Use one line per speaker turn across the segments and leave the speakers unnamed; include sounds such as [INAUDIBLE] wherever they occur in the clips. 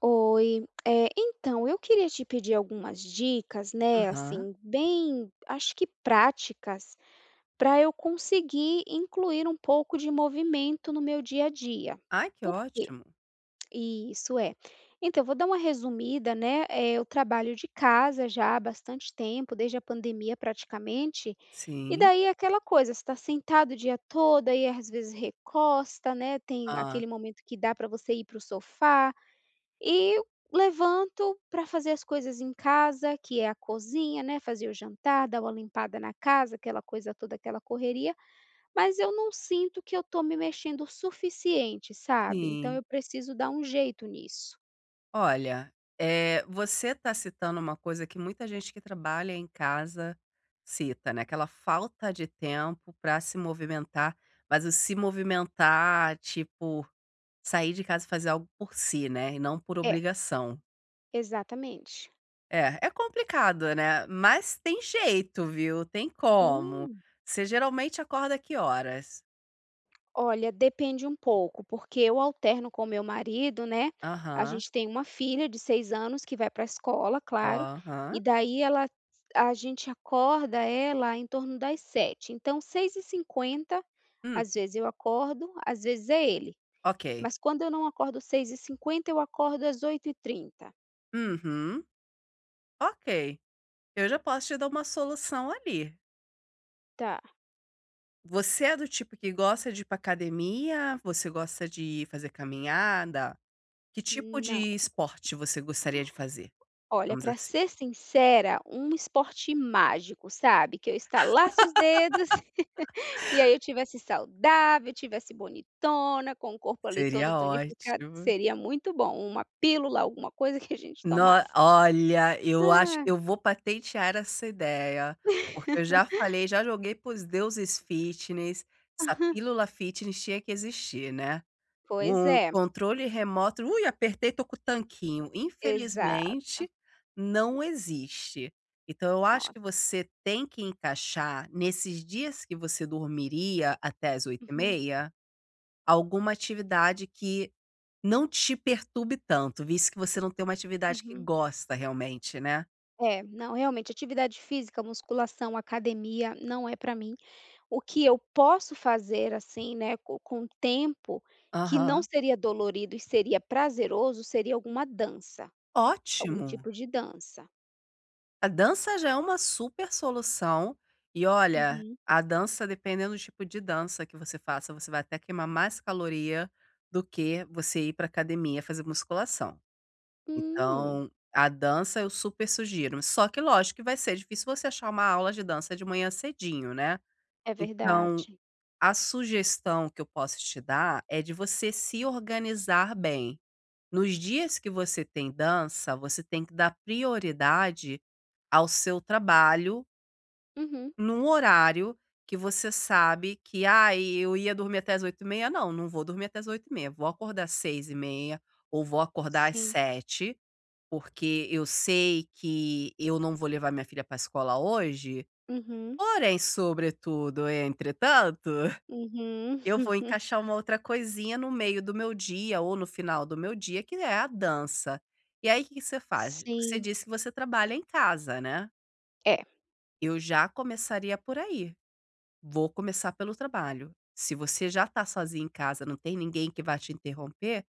Oi, então eu queria te pedir algumas dicas, né,
Aham.
assim, bem, acho que práticas, para eu conseguir incluir um pouco de movimento no meu dia a dia.
Ai, que
Por quê?
ótimo.
Isso é. Então, eu vou dar uma resumida, né? É eu trabalho de casa já há bastante tempo, desde a pandemia praticamente, e
Sim.
daí é aquela coisa, você está sentado o dia todo, aí às vezes recosta, né? Tem
ah,
aquele momento que dá para você ir para o sofá e levanto para fazer as coisas em casa, que é a cozinha, né, fazer o jantar, dar uma limpada na casa, aquela coisa toda, aquela correria, mas eu não sinto que eu estou me mexendo o suficiente, sabe. Então
Sim.
eu preciso dar um jeito nisso.
Olha, você está citando uma coisa que muita gente que trabalha em casa cita, né, aquela falta de tempo para se movimentar, mas o se movimentar, tipo, sair de casa e fazer algo por si, né, e não por
É,
obrigação.
exatamente.
É, é complicado, né, mas tem jeito, viu, tem como.
Hum.
Você geralmente acorda que horas?
Olha, depende um pouco, porque eu alterno com meu marido, né, a
Aham.
gente tem uma filha de 6 anos que vai para a escola, claro, e
Aham.
daí ela a gente acorda ela em torno das 7. Então 6h50,
Hum,
às vezes eu acordo, às vezes é ele.
ok.
Mas quando eu não acordo 6h50, eu acordo às 8h30.
Uhum. Ok. Eu já posso te dar uma solução ali.
Tá.
Você é do tipo que gosta de ir pra academia? Você gosta de fazer caminhada? Que tipo
Não,
de esporte você gostaria de fazer?
olha,
Digamos
para
assim.
ser sincera, um esporte mágico, sabe, que eu estalasse os dedos e aí eu tivesse saudável, tivesse bonitona, com o corpo ali todo
Seria
tonificado,
ótimo.
seria muito bom, uma pílula, alguma coisa que a gente
No
tomasse.
Olha, eu acho
Ah,
eu vou patentear essa ideia, porque eu já falei, já joguei para os deuses fitness, essa pílula fitness tinha que existir, né.
pois
Um
é,
controle remoto, ui, apertei, tô com o tanquinho.
exato,
Infelizmente, não existe. Então eu acho
nossa.
que você tem que encaixar, nesses dias que você dormiria até as oito e
Uhum,
meia alguma atividade que não te perturbe tanto, visto que você não tem uma atividade que
uhum.
gosta realmente, né.
É, não, realmente atividade física, musculação, academia, não é para mim. O que eu posso fazer, assim, né, co com tempo, que não
Aham.
seria dolorido e seria prazeroso, seria alguma dança, algum
Ótimo.
tipo de dança.
A dança já é uma super solução. E olha,
Uhum.
a dança, dependendo do tipo de dança que você faça, você vai até queimar mais caloria do que você ir para academia fazer musculação.
Hum,
Então, a dança eu super sugiro, só que lógico que vai ser difícil você achar uma aula de dança de manhã cedinho, né.
é
Então,
verdade.
a sugestão que eu posso te dar é de você se organizar bem. Nos dias que você tem dança, você tem que dar prioridade ao seu trabalho
Uhum.
num horário que você sabe que, ah, eu ia dormir até as 8h30. Não, não vou dormir até as 8h30. Vou acordar às 6h30 ou vou acordar às
Sim.
7h, porque eu sei que eu não vou levar minha filha para a escola hoje,
Uhum.
porém, sobretudo, entretanto
Uhum.
eu vou
[LAUGHS]
encaixar uma outra coisinha no meio do meu dia ou no final do meu dia, que é a dança. E aí, o que que você faz? Você
Sim.
disse que você trabalha em casa, né?
É.
Eu já começaria por aí. Vou começar pelo trabalho. Se você já está sozinho em casa, não tem ninguém que vai te interromper,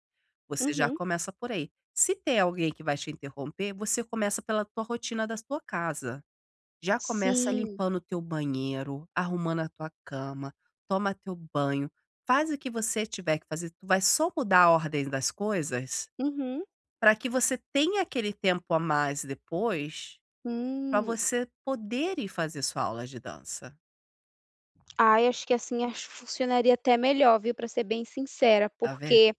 você já
Uhum.
começa por aí. Se tem alguém que vai te interromper, você começa pela tua rotina da tua casa. Já começa
Sim.
limpando o teu banheiro, arrumando a tua cama, toma teu banho, faz o que você tiver que fazer, tu vai só mudar a ordem das coisas,
Uhum.
para que você tenha aquele tempo a mais depois, para
Hum.
você poder ir fazer sua aula de dança,
Ai, acho que assim, acho que funcionaria até melhor, viu, pra ser bem sincera,
tá vendo?
porque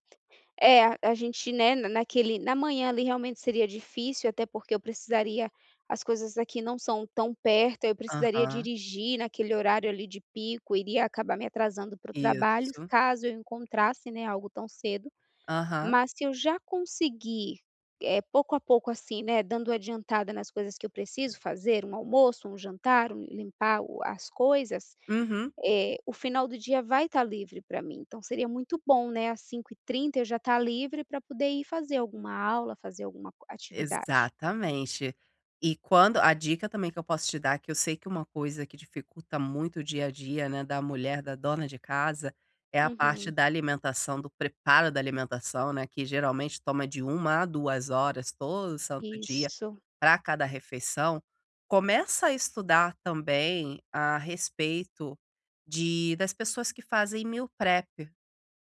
é, a gente, né, na manhã ali realmente seria difícil, até porque eu precisaria as coisas aqui não são tão perto, eu precisaria
Aham,
dirigir naquele horário ali de pico, iria acabar me atrasando para o trabalho,
isso.
caso eu encontrasse, né, algo tão cedo.
Aham.
Mas se eu já conseguir, pouco a pouco, assim, né, dando adiantada nas coisas que eu preciso fazer, um almoço, um jantar, um limpar o as coisas,
Uhum.
o final do dia vai estar livre para mim. Então seria muito bom, né, às 5h30 eu já estar livre para poder ir fazer alguma aula, fazer alguma co atividade.
Exatamente. E quando a dica também que eu posso te dar, que eu sei que uma coisa que dificulta muito o dia a dia, né, da mulher, da dona de casa, é a parte
Uhum.
da alimentação, do preparo da alimentação, né, que geralmente toma de uma a 2 horas todo santo dia
Isso.
para cada refeição. Começa a estudar também a respeito de das pessoas que fazem meal prep,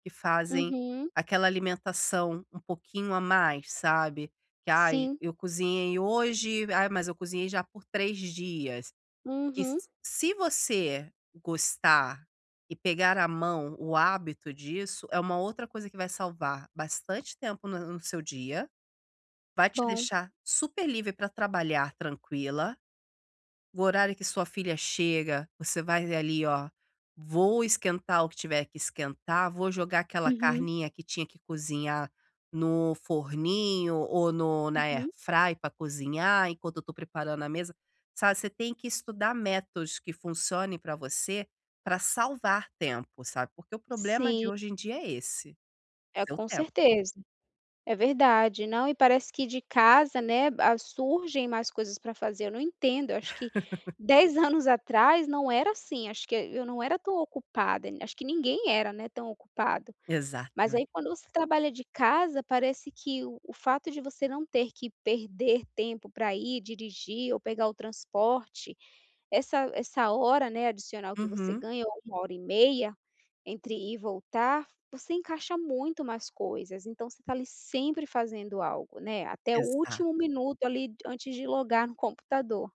que fazem
Uhum.
aquela alimentação um pouquinho a mais, sabe. Que: "Ai,
Sim.
eu cozinhei hoje, ai, mas eu cozinhei já por 3 dias". Que s
Uhum.
Se você gostar e pegar à mão o hábito disso, é uma outra coisa que vai salvar bastante tempo no seu dia, vai te
Bom.
deixar super livre para trabalhar tranquila o horário que sua filha chega, você vai ali, ó: "Vou esquentar o que tiver que esquentar, vou jogar aquela
Uhum,
carninha que tinha que cozinhar no forninho ou no na air
uhum.
fry pra cozinhar enquanto eu tô preparando a mesa", sabe, você tem que estudar métodos que funcionem para você, para salvar tempo, sabe, porque o problema de
Sim,
hoje em dia é esse,
é,
seu
com
tempo.
certeza. É verdade. Não, e parece que de casa, né, a surgem mais coisas para fazer. Eu não entendo, eu acho que 10 [LAUGHS] anos atrás não era assim, acho que eu não era tão ocupada, acho que ninguém era, né, tão ocupado. Mas aí
Exatamente.
quando você trabalha de casa, parece que o fato de você não ter que perder tempo para ir dirigir ou pegar o transporte, essa hora, né, adicional que você
Uhum,
ganha, ou 1 hora e meia, entre ir e voltar, você encaixa muito mais coisas, então você está ali sempre fazendo algo, né, até o
exato.
último minuto ali antes de logar no computador.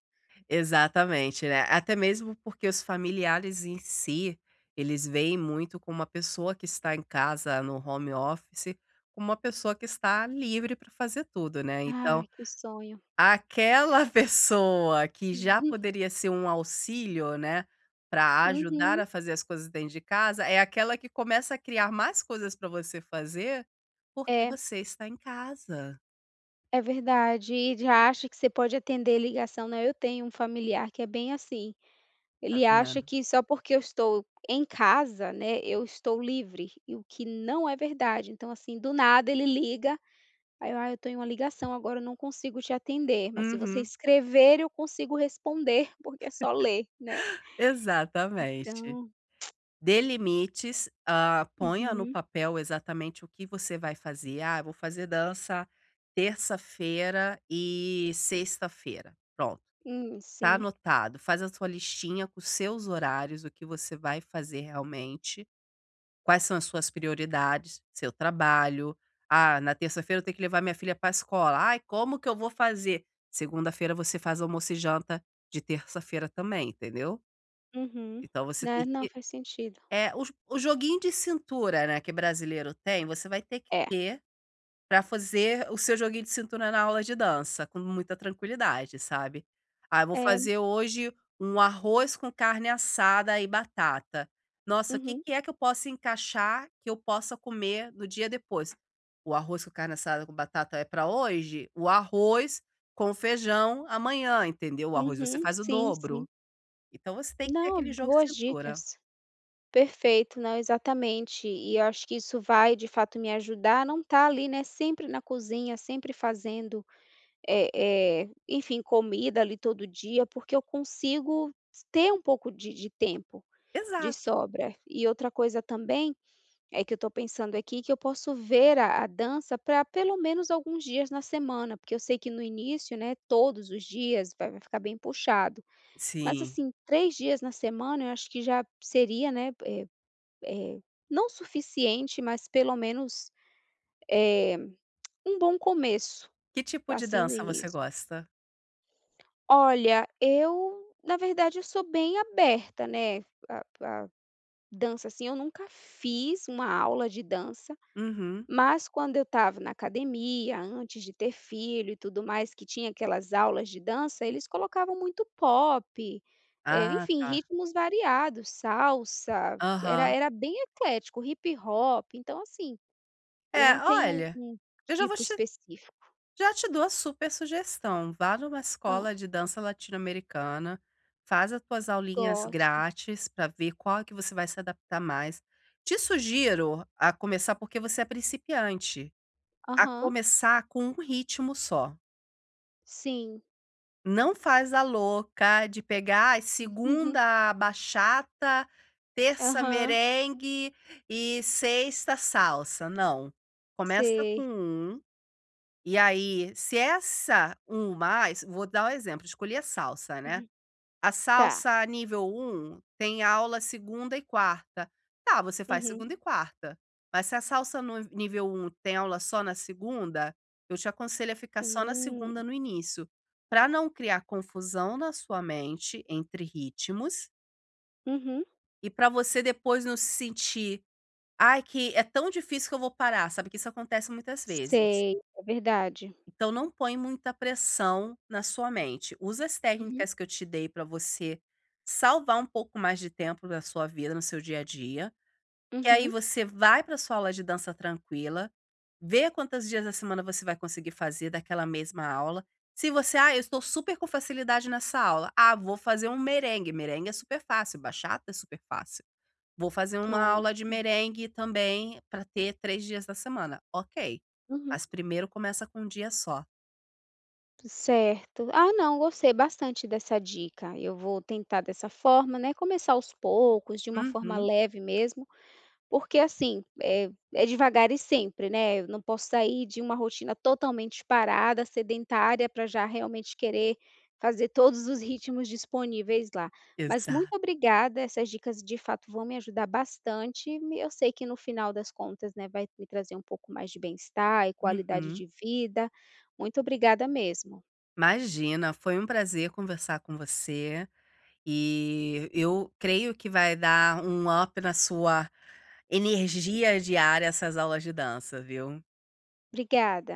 Exatamente, né. Até mesmo porque os familiares em si, eles veem muito como uma pessoa que está em casa no home office, como uma pessoa que está livre para fazer tudo, né. Então,
Ai, que sonho.
aquela [LAUGHS] pessoa que já
[LAUGHS]
poderia ser um auxílio, né, para ajudar
Uhum.
a fazer as coisas dentro de casa, é aquela que começa a criar mais coisas para você fazer, porque
É,
você está em casa,
é verdade, e já acha que você pode atender ligação, né, eu tenho um familiar que é bem assim,
tá
ele acha
vendo.
que só porque eu estou em casa, né, eu estou livre, e o que não é verdade, então assim, do nada ele liga. Aí eu: "Ah, eu tô em uma ligação agora, eu não consigo te atender, mas se você
Uhum,
escrever eu consigo responder, [LAUGHS] porque é só ler, né".
exatamente.
Então
Dê limites, ah, ponha no
uhum.
papel exatamente o que você vai fazer. Ah, eu vou fazer dança terça-feira e sexta-feira. Pronto, tá
Sim.
anotado. Faz a sua listinha com os seus horários, o que você vai fazer realmente, quais são as suas prioridades, seu trabalho. Ah, na terça-feira eu tenho que levar minha filha para a escola. Ai, como que eu vou fazer? Segunda-feira você faz almoço e janta de terça-feira também, entendeu?
Uhum.
Então você tem
Né, não,
que
faz sentido.
é, o joguinho de cintura, né, que brasileiro tem, você vai ter que
É,
ter para fazer o seu joguinho de cintura na aula de dança, com muita tranquilidade, sabe. "Ah, eu vou
é.
fazer hoje um arroz com carne assada e batata. Nossa, o que
Uhum,
que é que eu posso encaixar, que eu possa comer no dia depois?". "O arroz com carne assada com batata é para hoje? O arroz com feijão amanhã", entendeu. O arroz você
uhum.
faz o
Sim, sim.
dobro. Então você tem que ter
Não,
aquele jogo de
boas
cintura.
dicas. Perfeito, não, exatamente. E eu acho que isso vai, de fato, me ajudar a não estar ali, né, sempre na cozinha, sempre fazendo, eh enfim, comida ali todo dia, porque eu consigo ter um pouco de tempo. De
Exato.
sobra. E outra coisa também, é que eu estou pensando aqui, que eu posso ver a dança para pelo menos alguns dias na semana, porque eu sei que no início, né, todos os dias vai ficar bem puxado. Mas
Sim.
assim, 3 dias na semana eu acho que já seria, né, eh, não suficiente, mas pelo menos um bom começo,
Que tipo de
assim, no
dança você
início.
gosta?
Olha, eu na verdade eu sou bem aberta, né, a dança, assim, eu nunca fiz uma aula de dança.
Uhum.
Mas quando eu estava na academia, antes de ter filho e tudo mais, que tinha aquelas aulas de dança, eles colocavam muito pop,
Ah,
enfim,
tá.
ritmos variados, salsa, era
Aham.
era bem eclético, hip hop, então assim, eu não
É,
tenho
olha,
um
eu já vou
tipo
te
específico.
já te dou a super sugestão, vá numa
Hã,
escola de dança latino-americana, faz as tuas aulinhas
gosto.
grátis para ver qual que você vai se adaptar mais. Te sugiro a começar porque você é principiante, a
Aham,
começar com um ritmo só.
sim.
Não faz a louca de pegar, ai,
Uhum,
segunda bachata, terça
Aham,
merengue e sexta salsa, não. Começa com
sei.
um e aí, se essa 1 mais vou dar o exemplo, escolhi a salsa, né.
Uhum.
A
Tá.
salsa nível um tem aula segunda e quarta. Tá, você faz
Uhum.
segunda e quarta, mas se a salsa no nível um tem aula só na segunda, eu te aconselho a ficar só na
Hum,
segunda no início, para não criar confusão na sua mente entre ritmos
uhum.
e para você depois não se sentir: "Ai, que é tão difícil que eu vou parar", sabe, que isso acontece muitas vezes.
Sei, é verdade.
Então não põe muita pressão na sua mente. Usa as
Uhum,
técnicas que eu te dei para você salvar um pouco mais de tempo da sua vida, no seu dia a dia, que aí
uhum.
você vai para sua aula de dança tranquila, vê quantos dias da semana você vai conseguir fazer daquela mesma aula. Se você, ah, eu estou super com facilidade nessa aula. Ah, vou fazer um merengue. Merengue é super fácil, bachata é super fácil. Vou fazer uma
Pronto.
aula de merengue também para ter 3 dias da semana. Ok.
Uhum.
Mas primeiro começa com um dia só.
Certo. Ah, não, gostei bastante dessa dica. Eu vou tentar dessa forma, né, começar aos poucos, de uma forma
Uhum,
leve mesmo, porque assim, é devagar e sempre, né, eu não posso sair de uma rotina totalmente parada, sedentária, para já realmente querer fazer todos os ritmos disponíveis lá. Mas muito
exato.
obrigada, essas dicas de fato vão me ajudar bastante, me eu sei que no final das contas, né, vai me trazer um pouco mais de bem-estar e qualidade
Uhum.
de vida. Muito obrigada mesmo.
Imagina, foi um prazer conversar com você e eu creio que vai dar um up na sua energia diária essas aulas de dança, viu?
Obrigada.